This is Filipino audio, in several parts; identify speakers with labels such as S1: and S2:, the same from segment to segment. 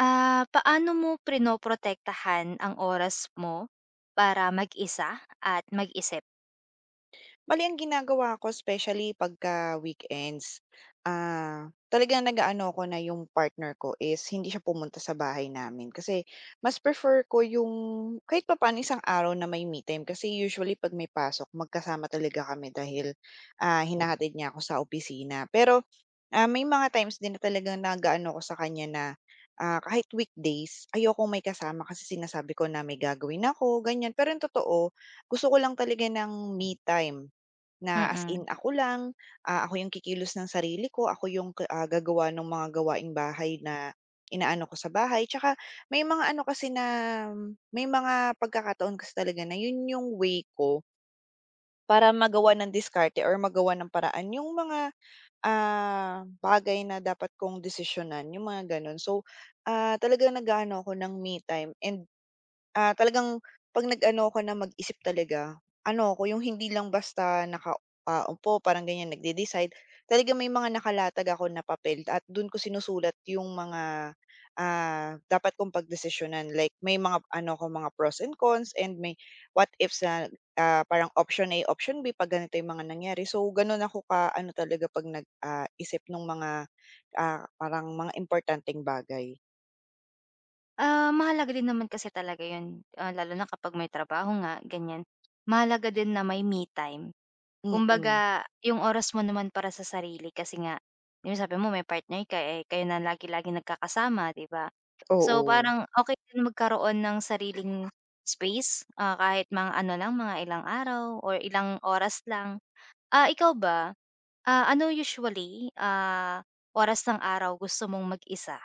S1: Ah, paano mo pinoprotektahan ang oras mo para mag-isa at mag-isip?
S2: Bali ang ginagawa ko especially pagka weekends, talagang nag-aano ako na yung partner ko is hindi siya pumunta sa bahay namin. Kasi mas prefer ko yung kahit papaano isang araw na may me time kasi usually 'pag may pasok magkasama talaga kami dahil, hinahatid niya ako sa opisina. Pero, may mga times din na talagang nag-aano ako sa kanya na, kahit weekdays ayoko may kasama kasi sinasabi ko na may gagawin ako, ganyan. Pero yung totoo gusto ko lang talaga ng me time. Na as
S1: Mm.
S2: in ako lang, ako yung kikilos ng sarili ko, ako yung gagawa ng mga gawaing bahay na inaano ko sa bahay. Tsaka may mga ano kasi na may mga pagkakataon kasi talaga na yun yung way ko para magawa ng diskarte or magawa ng paraan yung mga bagay na dapat kong desisyonan, yung mga gano'n. So, talagang nag-aano ako ng me time and, talagang 'pag nag-ano ako na mag-isip talaga, ano ako, yung hindi lang basta naka upo parang ganyan nagde-decide. Talaga may mga nakalatag ako na papel at do'n ko sinusulat yung mga, dapat kong pagdesisyonan. Like may mga ano ko mga pros and cons and may what ifs na parang option A, option B 'pag ganito yung mga nangyari. So, gano'n ako ka-ano talaga 'pag nag isip ng mga, parang mga importanteng bagay.
S1: Ah, mahalaga din naman kasi talaga 'yun, lalo na kapag may trabaho nga, ganyan. Mahalaga din na may me time.
S2: Mm,
S1: Kumbaga, yung oras mo naman para sa sarili kasi nga, 'di ba sabi mo may partner ka, eh, kayo na lagi-laging nagkakasama, 'di ba? So,
S2: oo.
S1: parang okey din magkaroon ng sariling space, kahit mga ano lang, mga ilang araw or ilang oras lang. Ah, ikaw ba? Ah, ano usually, oras ng araw gusto mong mag-isa?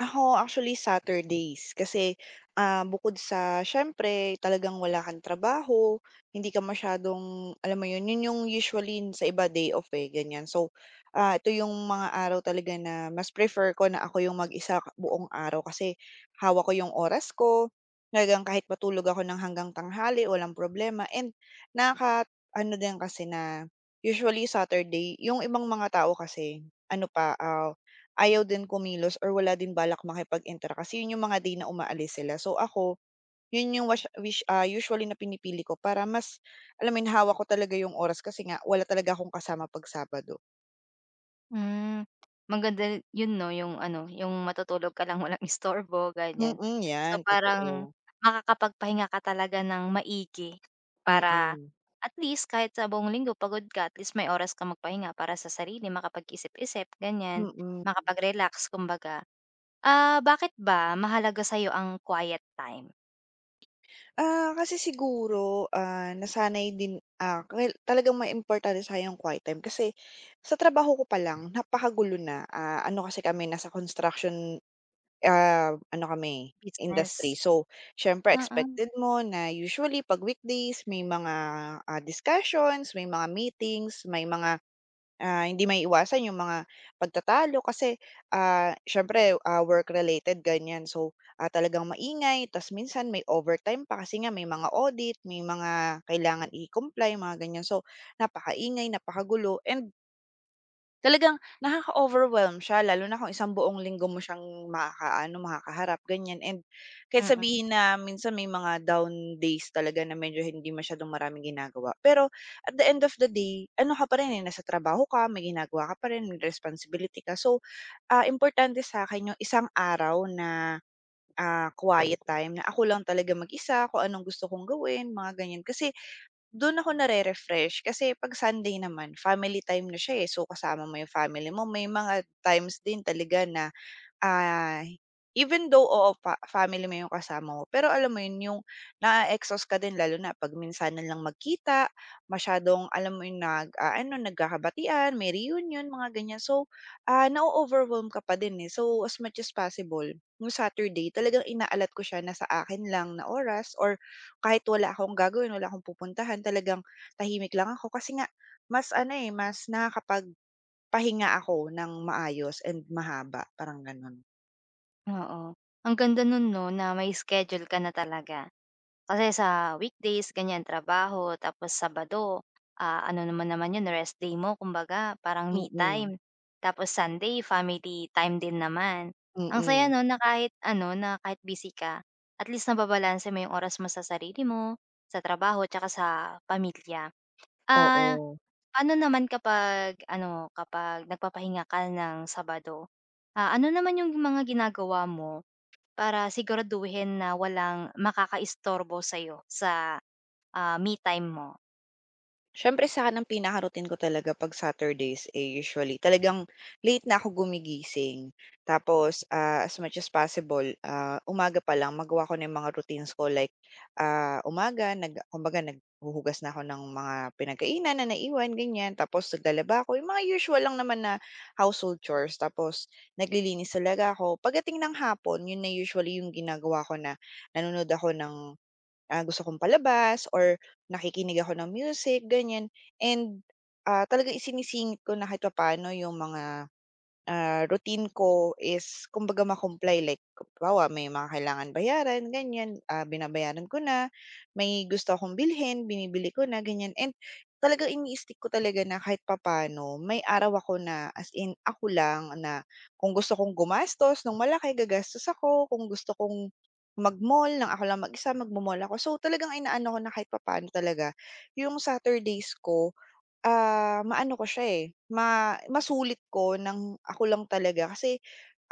S2: Ako actually Saturdays kasi, bukod sa siyempre talagang wala kang trabaho, hindi ka masyadong alam mo yun, yun yung usually sa iba day off, eh, ganyan. So, ito yung mga araw talaga na mas prefer ko na ako yung mag-isa buong araw kasi hawak ko yung oras ko, talagang kahit matulog ako ng hanggang tanghali walang problema and nakaka-ano din kasi na usually Saturday yung ibang mga tao kasi ano pa, ayaw din kumilos or wala din balak makipag-interact kasi yun yung mga day na umaalis sila. So ako, yun yung wish, usually na pinipili ko para mas alam mo yun, hawak ko talaga yung oras kasi nga wala talaga akong kasama 'pag Sabado.
S1: Hmm, Maganda yun 'no, yung ano, yung matutulog ka lang walang istorbo, ganyan.
S2: Mm,
S1: So,
S2: 'yan
S1: parang
S2: totoo.
S1: makakapagpahinga ka talaga ng maigi para
S2: Mm,
S1: at least kahit sa buong linggo pagod ka, at least may oras kang magpahinga para sa sarili, makapag-isip-isip, ganyan,
S2: mm.
S1: makapag-relax kumbaga. Ah, bakit ba mahalaga sa'yo ang quiet time?
S2: Ah, kasi siguro, nasanay din, well talagang may importante sa yung quiet time kasi sa trabaho ko pa lang napakagulo na. Ah, ano kasi kami nasa construction. Ah, ano kami,
S1: Business?
S2: industry. So, siyempre
S1: Oo,
S2: expected mo na usually 'pag weekdays may mga, discussions, may mga meetings, may mga, hindi maiiwasan yung mga pagtatalo kasi, siyempre, work-related ganyan. So, talagang maingay ta's minsan may overtime pa kasi nga may mga audit, may mga kailangan i-comply, mga ganyan. So, napakaingay, napakagulo and talagang nakaka-overwhelm siya lalo na kung isang buong linggo mo siyang makakaano, makakaharap ganyan and kahit
S1: mm.
S2: sabihin na minsan may mga down days talaga na medyo hindi masyadong maraming ginagawa. Pero at the end of the day, ano ka pa rin, eh, nasa trabaho ka, may ginagawa ka pa rin, may responsibility ka. So, importante sa'kin yung isang araw na, quiet time na ako lang talaga mag-isa, kung anong gusto kong gawin, mga ganyan. Kasi dun ako nare-refresh kasi 'pag Sunday naman family time na siya, eh. So kasama mo yung family mo, may mga times din talaga na Ah, even though, oo, family mo yung kasama mo, pero alam mo yun, yung na exhaust ka din lalo na 'pag minsanan lang magkita, masyadong alam mo yung nag-aano, nagkakabatian, may reunion, mga ganyan. So, na overwhelm ka pa din, eh. So, as much as possible, yung Saturday talagang inaalat ko siya na sa akin lang na oras or kahit wala akong gagawin, wala akong pupuntahan, talagang tahimik lang ako kasi nga mas ano, eh, mas nakakapagpahinga ako ng maayos and mahaba, parang gano'n.
S1: Oo, ang ganda nun 'no, na may schedule ka na talaga. Kasi sa weekdays ganyan trabaho tapos Sabado, ano naman naman yun rest day mo kumbaga parang me
S2: Mm,
S1: time. Tapos Sunday family time din naman. Ang saya
S2: mm,
S1: 'no na kahit ano, na kahit busy ka, at least nababalanse mo yung oras mo sa sarili mo, sa trabaho tsaka sa pamilya. Ah,
S2: oo.
S1: paano naman kapag ano, kapag nagpapahinga ka ng Sabado? Ah, ano naman yung mga ginagawa mo? Para siguraduhin na walang makakaistorbo sa'yo sa, me time mo.
S2: Siyempre sa'kin ang pinaka-routine ko talaga 'pag Saturdays, eh, usually talagang late na ako gumigising. Tapos, as much as possible, umaga pa lang magawa ko na yung mga routines ko like, umaga kumbaga naghuhugas na ako ng mga pinagkainan na naiwan, ganyan. Tapos naglalaba ako, yung mga usual lang naman na household chores. Tapos naglilinis talaga ako. Pagdating ng hapon, yun na usually yung ginagawa ko na nanonood ako ng gusto kong palabas or nakikinig ako ng music, ganyan. And, talagang isinisingit ko na kahit papaano yung mga routine ko is kumbaga ma-comply like halimbawa may mga kailangan bayaran ganyan, binabayaran ko na, may gusto akong bilhin binibili ko na ganyan and talagang ini-stick ko talaga na kahit papano, may araw ako na as in ako lang na kung gusto kong gumastos ng malaki gagastos ako, kung gusto kong mag-mall ng ako lang mag-isa magmo-mall ako. So talagang inaano ko na kahit papano talaga yung Saturdays ko. Maano ko siya, eh, masulit ko ng ako lang talaga kasi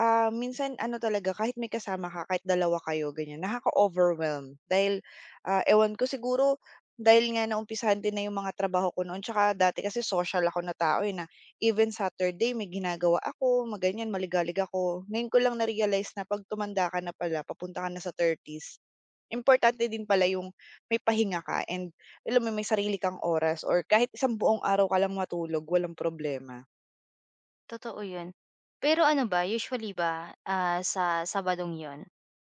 S2: Minsan ano talaga kahit may kasama ka, kahit dalawa kayo ganyan, nakaka-overwhelm dahil, ewan ko siguro dahil nga naumpisahan din na yung mga trabaho ko noon tsaka dati kasi social ako na tao, eh, na even Saturday may ginagawa ako maligalig ako. Ngayon ko lang na-realize na 'pag tumanda ka na pala papunta ka na sa thirties importante din pala yung may pahinga ka and alam mo may sarili kang oras or kahit isang buong araw ka lang matulog walang problema.
S1: Totoo 'yun. Pero ano ba, usually ba, sa Sabadong 'yun,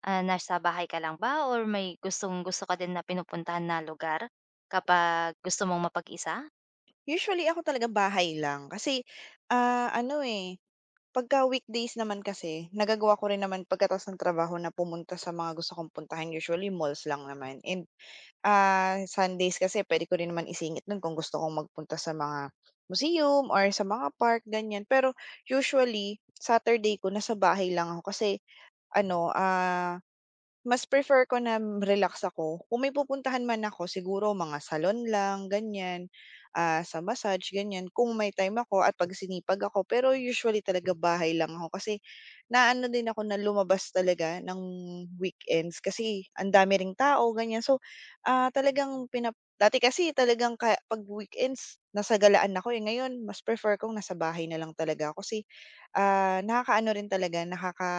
S1: nasa bahay ka lang ba or may gustong-gusto ka din na pinupuntahan na lugar kapag gusto mong mapag-isa?
S2: Usually ako talaga bahay lang kasi, ano, eh, pagka weekdays naman kasi nagagawa ko rin naman pagkatapos ng trabaho na pumunta sa mga gusto kong puntahan usually malls lang naman and, Sundays kasi pwede ko rin naman isingit nun kung gusto kong magpunta sa mga museum or sa mga park ganyan. Pero usually Saturday ko nasa bahay lang ako kasi ano, mas prefer ko na relax ako. Kung may pupuntahan man ako siguro mga salon lang ganyan, sa massage ganyan kung may time ako at 'pag sinipag ako. Pero usually talaga bahay lang ako kasi naano din ako na lumabas talaga ng weekends kasi ang dami ring tao ganyan. So, talagang dati kasi talagang ka 'pag weekends nasa galaan ako, eh, ngayon mas prefer kong nasa bahay na lang talaga ako kasi, nakakaano rin talaga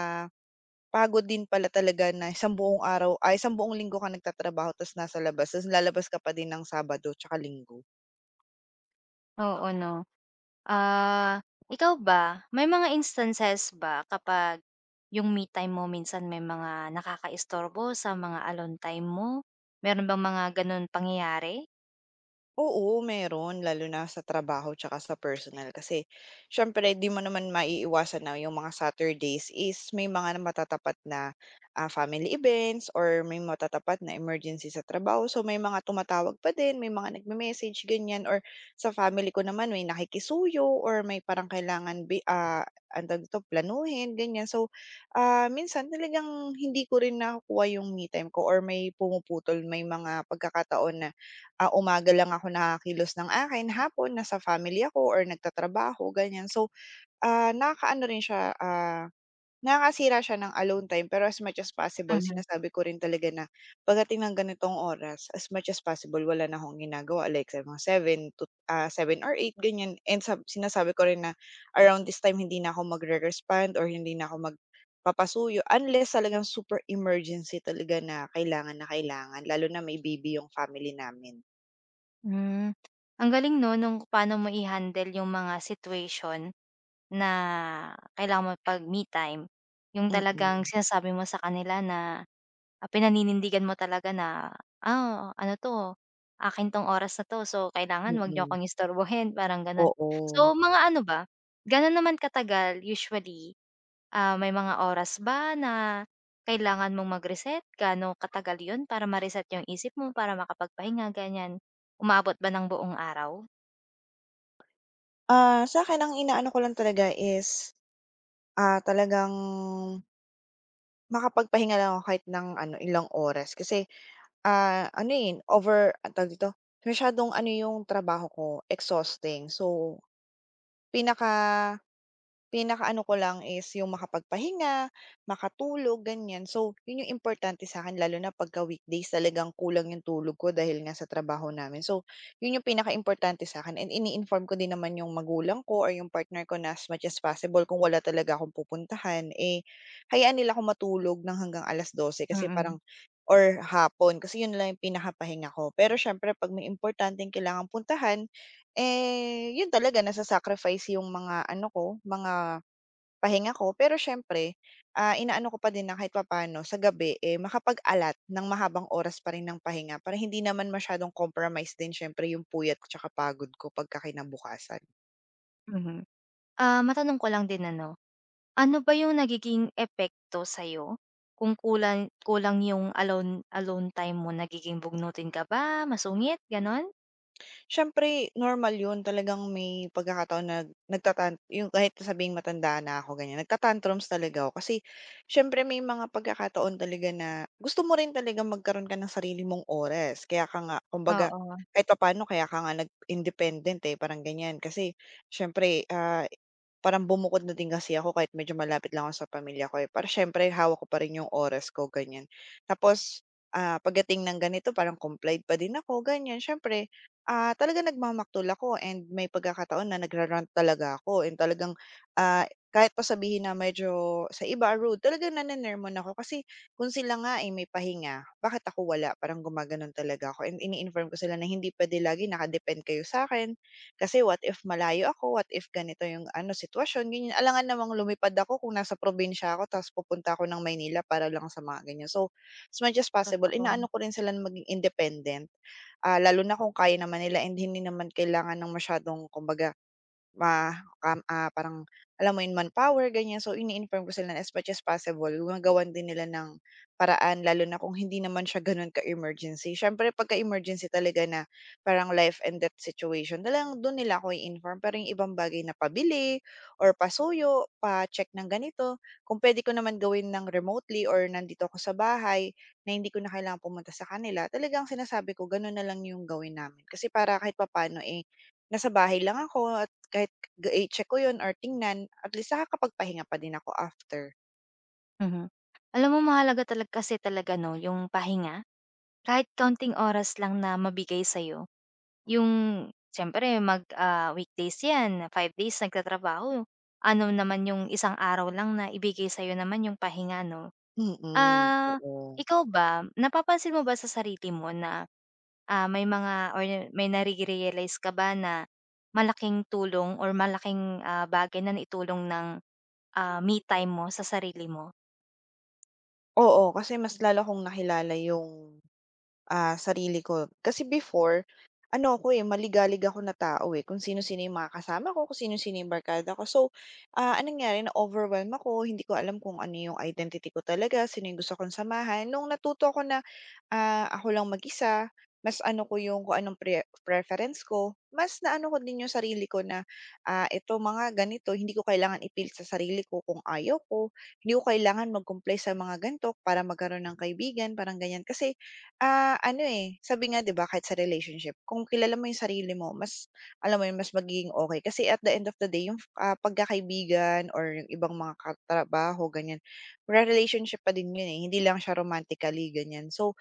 S2: pagod din pala talaga na isang buong araw ay isang buong linggo ka nagtatrabaho tas nasa labas, tas lalabas ka pa din ng Sabado tsaka Linggo.
S1: Oo 'no. Ah, ikaw ba, may mga instances ba kapag yung me time mo minsan may mga nakakaistorbo sa mga alone time mo? Meron bang mga gano'n pangyayari?
S2: Oo, meron lalo na sa trabaho tsaka sa personal kasi siyempre 'di mo naman maiiwasan na yung mga Saturdays is may mga na matatapat na, family events or may matatapat na emergency sa trabaho. So, may mga tumatawag pa din, may mga nagme-message ganyan or sa family ko naman may nakikisuyo or may parang kailangan ang tawag dito, planuhin ganyan. So, minsan talagang hindi ko rin nakukuha yung me time ko or may pumuputol, may mga pagkakataon na umaga lang ako nakakilos ng akin, hapon nasa family ako or nagtatrabaho, ganyan. So, nakakaano rin siya, nakakasira siya ng alone time pero as much as possible
S1: Mhm.
S2: sinasabi ko rin talaga na pagdating ng ganitong oras, as much as possible wala na akong ginagawa like sa mga seven to, 7 or eight ganyan and sinasabi ko rin na around this time hindi na ako magre-respond or hindi na ako magpapasuyo unless talagang super emergency talaga na kailangan lalo na may baby yung family namin.
S1: Hmm, ang galing 'no nung paano mo i-handle yung mga situation na kailangan mo pag me time. Yung talagang
S2: Mm,
S1: sinasabi mo sa kanila na, pinaninindigan mo talaga na, "Ah, ano 'to, akin 'tong oras na 'to so kailangan huwag niyo
S2: mm,
S1: akong istorbohin." Parang gano'n.
S2: oo.
S1: So mga ano ba, gaano naman katagal usually. Ah, may mga oras ba na kailangan mong mag-reset? Gaano katagal 'yun para ma-reset yung isip mo, para makapagpahinga, ganiyan? Umabot ba ng buong araw?
S2: Ah, sa'kin ang inaano ko lang talaga is, talagang makapagpahinga lang ako kahit ng ano, ilang oras kasi, ano, eh, over anong tawag dito, masyadong ano yung trabaho ko, exhausting. So, pinaka pinakaano ko lang is yung makapagpahinga, makatulog, ganyan. So, yun yung importante sa sa'kin lalo na pagka weekdays talagang kulang yung tulog ko dahil nga sa trabaho namin. So, yun yung pinaka importante sa sa'kin and ini-inform ko din naman yung magulang ko or yung partner ko na as much as possible kung wala talaga akong pupuntahan, eh, hayaan nila akong matulog ng hanggang alas dose, kasi
S1: Mm,
S2: parang or hapon kasi yun lang yung pinakapahinga ko. Pero siyempre 'pag may importanteng kailangan puntahan, eh, yun talaga nasa-sacrifice yung mga ano ko, mga pahinga ko, pero siyempre, inaano ko pa din na kahit papaano sa gabi, eh, makapag-alat ng mahabang oras pa rin ng pahinga para hindi naman masyadong compromise din siyempre yung puyat ko tsaka pagod ko pagka kinabukasan.
S1: mhm. Ah, matanong ko lang din ano, ano ba yung nagiging epekto sa'yo kung kulang kulang yung alone alone time mo? Nagiging bugnutin ka ba, masungit, gano'n?
S2: Siyempre normal 'yun talagang may pagkakataon na yung kahit sabihing matanda na ako ganyan, talaga ako kasi siyempre may mga pagkakataon talaga na gusto mo rin talaga magkaroon ka ng sarili mong oras. Kaya ka nga kumbaga
S1: Oo,
S2: kahit paano kaya ka nga nag-independent, eh, parang ganyan. Kasi siyempre, parang bumukod na din kasi ako kahit medyo malapit lang ako sa pamilya ko, eh, para siyempre hawak ko pa rin yung oras ko ganyan. Tapos, pagdating ng ganito parang complied pa din ako ganyan. Siyempre talaga nagmamaktol ako and may pagkakataon na nagra-rant talaga ako and talagang, kahit pa sabihin na medyo sa iba rude, talagang naninermon ako kasi kung sila nga, ay may pahinga, bakit ako wala? Parang gumaganon talaga ako and ini-inform ko sila na hindi puwede lagi naka-depend kayo sa akin kasi what if malayo ako, what if ganito yung ano, sitwasyon, ganyan. Alangan namang lumipad ako kung nasa probinsya ako tapos pupunta ako ng Maynila para lang sa mga ganyan. So, as much as possible,
S1: totoo.
S2: inaano ko rin sila na maging independent, lalo na kung kaya naman nila and hindi naman kailangan ng masyadong kumbaga, Ma parang alam mo yun, manpower ganyan. So ini-inform ko sila na as much as possible gumagawan din nila ng paraan lalo na kung hindi naman siya ganun ka-emergency. Siyempre pagka-emergency talaga na parang life and death situation, talagang dun nila ako i-inform. Pero yung ibang bagay na pabili or pasuyo, pa-check ng ganito, kung pwede ko naman gawin ng remotely or nandito ako sa bahay na hindi ko na kailangang pumunta sa kanila, talagang sinasabi ko ganun na lang yung gawin namin. Kasi para kahit papaano, eh, nasa bahay lang ako kahit i-check ko 'yun or tingnan, at least nakakapagpahinga pa din ako after.
S1: Mhm. Alam mo mahalaga talag kasi talaga 'no, yung pahinga, kahit counting oras lang na mabigay sa'yo. Yung siyempre mag, weekdays 'yan, 5 days nagtatrabaho, ano naman yung isang araw lang na ibigay sa'yo naman yung pahinga 'no?
S2: Mm,
S1: Ah,
S2: oo.
S1: ikaw ba, napapansin mo ba sa sarili mo na, may mga or may nare-realize ka ba na malaking tulong or malaking, bagay na naitulong ng, me time mo sa sarili mo?
S2: Oo, kasi mas lalo kong nakilala yung sarili ko. Kasi before, ano ako, eh, maligalig ako na tao, eh, kung sino-sino yung mga kasama ko, kung sino-sino yung barkada ko. So, ang nangyari na-overwhelm ako, hindi ko alam kung ano yung identity ko talaga, sino yung gusto kong samahan. Nung natuto ko na, ako lang mag-isa, mas ano ko yung kung anong preference ko, mas naano ko din yung sarili ko na, ito mga ganito, hindi ko kailangan ipilit sa sarili ko kung ayaw ko, hindi ko kailangan mag-comply sa mga ganito para magkaroon ng kaibigan, parang ganyan. Kasi ano, eh, sabi nga 'di ba kahit sa relationship kung kilala mo yung sarili mo mas alam mo yun, mas magiging okey kasi at the end of the day yung, pagkakaibigan or yung ibang mga katrabaho ganyan, re-relationship pa din yun, eh, hindi lang siya romantically ganyan. So,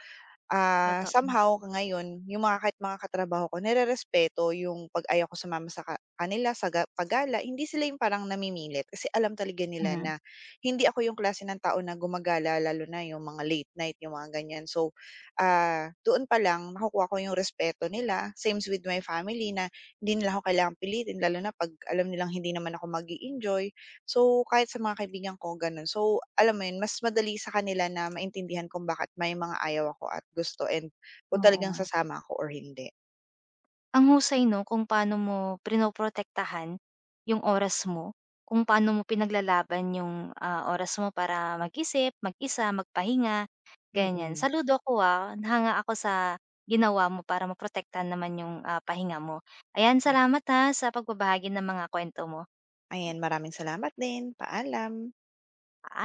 S1: Totoo,
S2: somehow ngayon yung mga kahit mga katrabaho ko nirerespeto yung pag-ayaw ko sumama sa kanila sa ga pa hindi sila yung parang namimilit kasi alam talaga nila
S1: mhm,
S2: na hindi ako yung klase ng tao na gumagala lalo na yung mga late night, yung mga ganyan. So, doon pa lang nakukuha ko yung respeto nila, sames with my family na hindi nila ako kailangang pilitin lalo na 'pag alam nilang hindi naman ako magi enjoy. So, kahit sa mga kaibigan ko gano'n. So, alam mo 'yun, mas madali sa kanila na maintindihan kung bakit may mga ayaw ako at gusto and kung talagang
S1: oo.
S2: sasama ako or hindi.
S1: Ang husay 'no, kung paano mo pinoprotektahan yung oras mo, kung paano mo pinaglalaban yung, oras mo para mag-isip, mag-isa, magpahinga, ganyan.
S2: Mm.
S1: Saludo ko nahanga ako sa ginawa mo para maprotektahan naman yung, pahinga mo. Ayan,
S2: Mm.
S1: salamat, ha, sa pagbabahagi ng mga kuwento mo.
S2: Ayan, maraming salamat din. Paalam.
S1: Paa